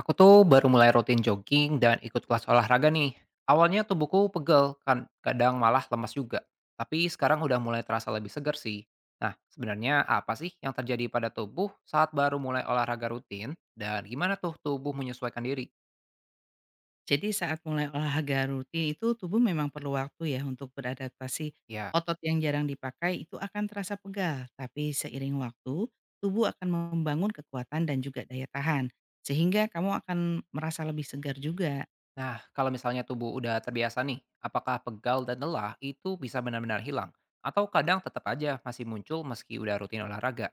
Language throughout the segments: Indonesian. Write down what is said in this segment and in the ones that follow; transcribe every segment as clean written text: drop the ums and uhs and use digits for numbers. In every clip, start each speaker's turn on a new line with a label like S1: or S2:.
S1: Aku tuh baru mulai rutin jogging dan ikut kelas olahraga nih. Awalnya tubuhku pegel, kan kadang malah lemas juga. Tapi sekarang udah mulai terasa lebih segar sih. Nah, sebenarnya apa sih yang terjadi pada tubuh saat baru mulai olahraga rutin? Dan gimana tuh tubuh menyesuaikan diri?
S2: Jadi saat mulai olahraga rutin itu tubuh memang perlu waktu ya untuk beradaptasi.
S1: Ya,
S2: Otot yang jarang dipakai itu akan terasa pegal, tapi seiring waktu tubuh akan membangun kekuatan dan juga daya tahan. Sehingga kamu akan merasa lebih segar juga.
S1: nah kalau misalnya tubuh udah terbiasa nih, apakah pegal dan lelah itu bisa benar-benar hilang? Atau kadang tetap aja masih muncul meski udah rutin olahraga?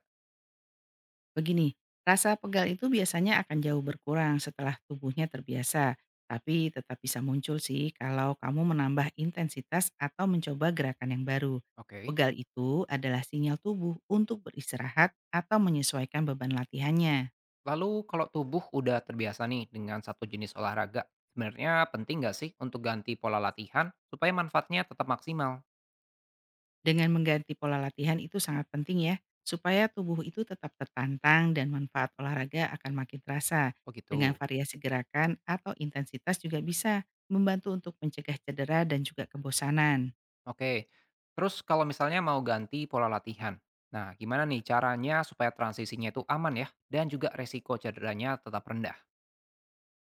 S2: Begini, rasa pegal itu biasanya akan jauh berkurang setelah tubuhnya terbiasa, tapi tetap bisa muncul sih kalau kamu menambah intensitas atau mencoba gerakan yang baru.
S1: Oke.
S2: Pegal itu adalah sinyal tubuh untuk beristirahat atau menyesuaikan beban latihannya.
S1: Lalu kalau tubuh udah terbiasa nih dengan satu jenis olahraga, sebenarnya penting nggak sih untuk ganti pola latihan supaya manfaatnya tetap maksimal?
S2: Dengan mengganti pola latihan itu sangat penting ya, supaya tubuh itu tetap tertantang dan manfaat olahraga akan makin terasa.
S1: Oh
S2: Dengan
S1: gitu.
S2: variasi gerakan atau intensitas juga bisa membantu untuk mencegah cedera dan juga kebosanan.
S1: Oke. Terus kalau misalnya mau ganti pola latihan, nah gimana nih caranya supaya transisinya itu aman ya dan juga resiko cederanya tetap rendah?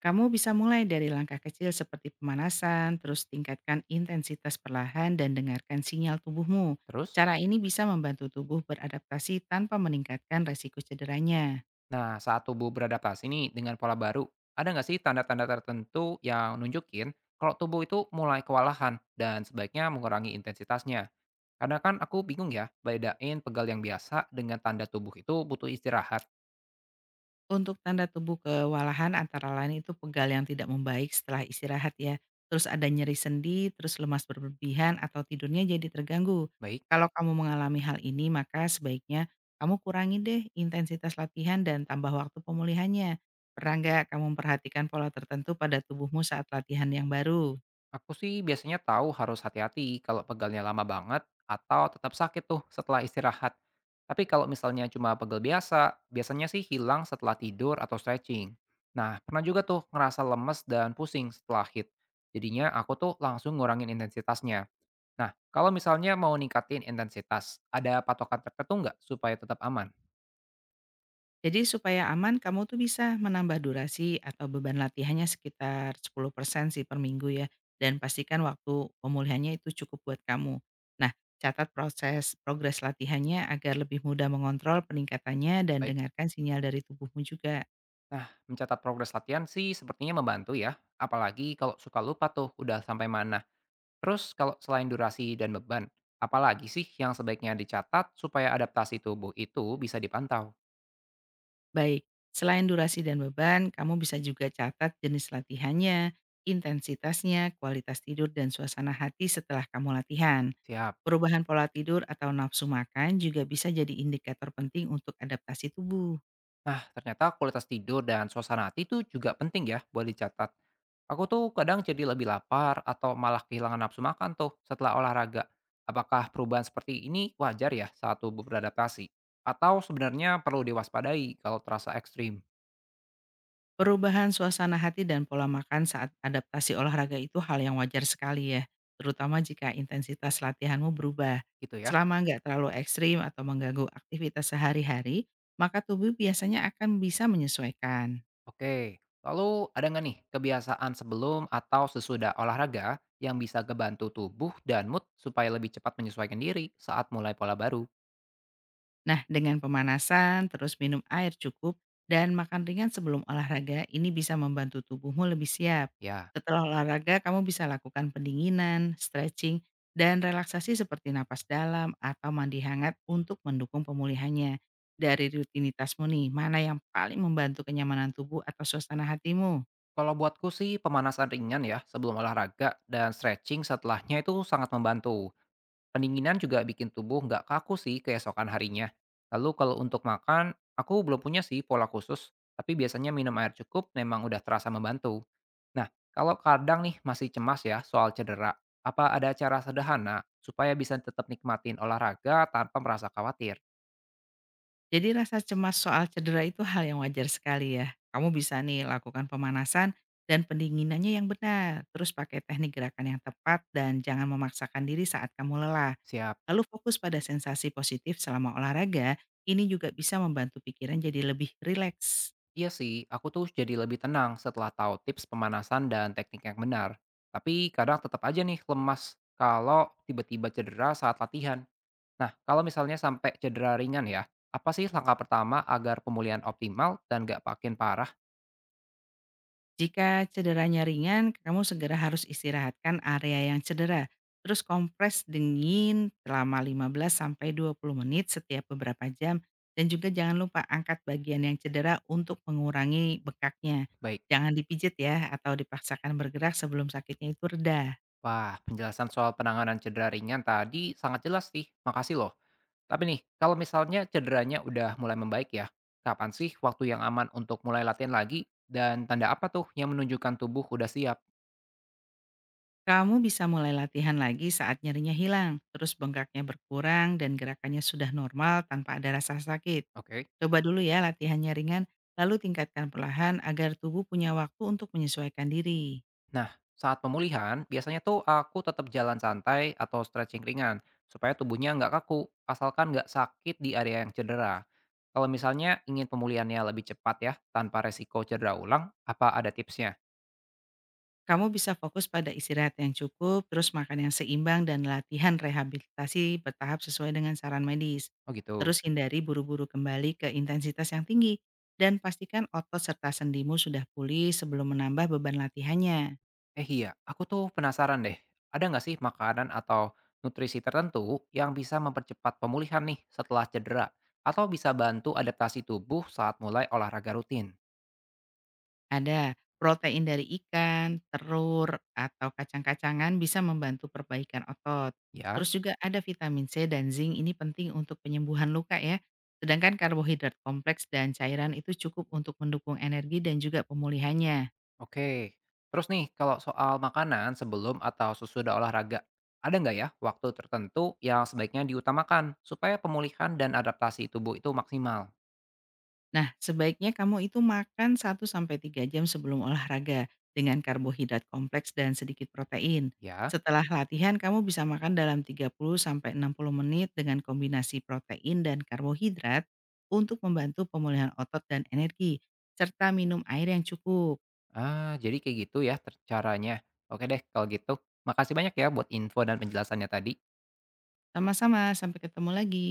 S2: Kamu bisa mulai dari langkah kecil seperti pemanasan, terus tingkatkan intensitas perlahan dan dengarkan sinyal tubuhmu.
S1: Terus,
S2: Cara ini bisa membantu tubuh beradaptasi tanpa meningkatkan resiko cederanya.
S1: nah saat tubuh beradaptasi nih dengan pola baru, ada nggak sih tanda-tanda tertentu yang nunjukin kalau tubuh itu mulai kewalahan dan sebaiknya mengurangi intensitasnya? Karena kan aku bingung ya, bedain pegal yang biasa dengan tanda tubuh itu butuh istirahat.
S2: Untuk tanda tubuh kewalahan antara lain itu pegal yang tidak membaik setelah istirahat ya, terus ada nyeri sendi, terus lemas berlebihan atau tidurnya jadi terganggu.
S1: Baik,
S2: Kalau kamu mengalami hal ini maka sebaiknya kamu kurangi deh intensitas latihan dan tambah waktu pemulihannya. Pernah nggak kamu memperhatikan pola tertentu pada tubuhmu saat latihan yang baru?
S1: aku sih biasanya tahu harus hati-hati kalau pegalnya lama banget atau tetap sakit tuh setelah istirahat. Tapi kalau misalnya cuma pegal biasa, biasanya sih hilang setelah tidur atau stretching. Nah, pernah juga tuh ngerasa lemes dan pusing setelah hit. Jadinya aku tuh langsung ngurangin intensitasnya. Nah, kalau misalnya mau ningkatin intensitas, ada patokan tertentu nggak supaya tetap aman?
S2: Jadi supaya aman kamu tuh bisa menambah durasi atau beban latihannya sekitar 10% sih per minggu ya dan pastikan waktu pemulihannya itu cukup buat kamu. Nah, catat proses progres latihannya agar lebih mudah mengontrol peningkatannya dan
S1: Baik.
S2: dengarkan sinyal dari tubuhmu juga.
S1: Nah, mencatat progres latihan sih sepertinya membantu ya, apalagi kalau suka lupa tuh udah sampai mana. Terus kalau selain durasi dan beban, apalagi sih yang sebaiknya dicatat supaya adaptasi tubuh itu bisa dipantau?
S2: Baik, selain durasi dan beban, kamu bisa juga catat jenis latihannya, intensitasnya, kualitas tidur, dan suasana hati setelah kamu latihan.
S1: Siap.
S2: Perubahan pola tidur atau nafsu makan juga bisa jadi indikator penting untuk adaptasi tubuh.
S1: Nah, ternyata kualitas tidur dan suasana hati itu juga penting ya buat dicatat. Aku tuh kadang jadi lebih lapar atau malah kehilangan nafsu makan tuh setelah olahraga. Apakah perubahan seperti ini wajar ya saat tubuh beradaptasi? Atau sebenarnya perlu diwaspadai kalau terasa ekstrim?
S2: Perubahan suasana hati dan pola makan saat adaptasi olahraga itu hal yang wajar sekali ya, terutama jika intensitas latihanmu berubah.
S1: Gitu ya.
S2: Selama nggak terlalu ekstrim atau mengganggu aktivitas sehari-hari, maka tubuh biasanya akan bisa menyesuaikan.
S1: Oke, lalu ada nggak nih kebiasaan sebelum atau sesudah olahraga yang bisa kebantu tubuh dan mood supaya lebih cepat menyesuaikan diri saat mulai pola baru?
S2: Nah, dengan pemanasan, terus minum air cukup, dan makan ringan sebelum olahraga, ini bisa membantu tubuhmu lebih siap.
S1: Ya,
S2: Setelah olahraga, kamu bisa lakukan pendinginan, stretching, dan relaksasi seperti napas dalam atau mandi hangat untuk mendukung pemulihannya. Dari rutinitasmu nih, mana yang paling membantu kenyamanan tubuh atau suasana hatimu?
S1: kalau buatku sih pemanasan ringan ya sebelum olahraga dan stretching setelahnya itu sangat membantu. Pendinginan juga bikin tubuh nggak kaku sih keesokan harinya. Lalu kalau untuk makan, aku belum punya sih pola khusus, tapi biasanya minum air cukup memang udah terasa membantu. Nah, kalau kadang nih masih cemas ya soal cedera, apa ada cara sederhana supaya bisa tetap nikmatin olahraga tanpa merasa khawatir?
S2: Jadi rasa cemas soal cedera itu hal yang wajar sekali ya. Kamu bisa nih lakukan pemanasan dan pendinginannya yang benar. Terus pakai teknik gerakan yang tepat dan jangan memaksakan diri saat kamu lelah.
S1: Siap.
S2: Lalu fokus pada sensasi positif selama olahraga, ini juga bisa membantu pikiran jadi lebih rileks.
S1: Iya sih, aku tuh jadi lebih tenang setelah tahu tips pemanasan dan teknik yang benar. Tapi kadang tetap aja nih lemas kalau tiba-tiba cedera saat latihan. Nah, kalau misalnya sampai cedera ringan ya, apa sih langkah pertama agar pemulihan optimal dan gak makin parah?
S2: Jika cederanya ringan, kamu segera harus istirahatkan area yang cedera. Terus kompres dingin selama 15-20 menit setiap beberapa jam. Dan juga jangan lupa angkat bagian yang cedera untuk mengurangi bekaknya.
S1: Baik.
S2: Jangan dipijit ya atau dipaksakan bergerak sebelum sakitnya itu reda.
S1: Wah, penjelasan soal penanganan cedera ringan tadi sangat jelas sih. Makasih loh. Tapi nih, kalau misalnya cederanya udah mulai membaik ya, kapan sih waktu yang aman untuk mulai latihan lagi? Dan tanda apa tuh yang menunjukkan tubuh udah siap?
S2: Kamu bisa mulai latihan lagi saat nyerinya hilang, terus bengkaknya berkurang dan gerakannya sudah normal tanpa ada rasa sakit.
S1: Oke.
S2: Coba dulu ya latihannya ringan, lalu tingkatkan perlahan agar tubuh punya waktu untuk menyesuaikan diri.
S1: Nah, saat pemulihan, biasanya tuh aku tetap jalan santai atau stretching ringan, supaya tubuhnya nggak kaku, asalkan nggak sakit di area yang cedera. Kalau misalnya ingin pemulihannya lebih cepat ya, tanpa resiko cedera ulang, apa ada tipsnya?
S2: Kamu bisa fokus pada istirahat yang cukup, terus makan yang seimbang dan latihan rehabilitasi bertahap sesuai dengan saran medis.
S1: Oh gitu.
S2: Terus hindari buru-buru kembali ke intensitas yang tinggi dan pastikan otot serta sendimu sudah pulih sebelum menambah beban latihannya.
S1: Eh iya, aku tuh penasaran deh, ada nggak sih makanan atau nutrisi tertentu yang bisa mempercepat pemulihan nih setelah cedera? Atau bisa bantu adaptasi tubuh saat mulai olahraga rutin?
S2: Ada, protein dari ikan, telur, atau kacang-kacangan bisa membantu perbaikan otot.
S1: Ya,
S2: Terus juga ada vitamin C dan zinc ini penting untuk penyembuhan luka ya. Sedangkan karbohidrat kompleks dan cairan itu cukup untuk mendukung energi dan juga pemulihannya.
S1: oke. Terus nih, kalau soal makanan sebelum atau sesudah olahraga, ada nggak ya waktu tertentu yang sebaiknya diutamakan supaya pemulihan dan adaptasi tubuh itu maksimal?
S2: Nah, sebaiknya kamu itu makan 1 sampai 3 jam sebelum olahraga dengan karbohidrat kompleks dan sedikit protein.
S1: Ya,
S2: Setelah latihan, kamu bisa makan dalam 30 sampai 60 menit dengan kombinasi protein dan karbohidrat untuk membantu pemulihan otot dan energi, serta minum air yang cukup.
S1: ah jadi kayak gitu ya caranya. Oke deh, kalau gitu. Makasih banyak ya buat info dan penjelasannya tadi.
S2: Sama-sama, sampai ketemu lagi.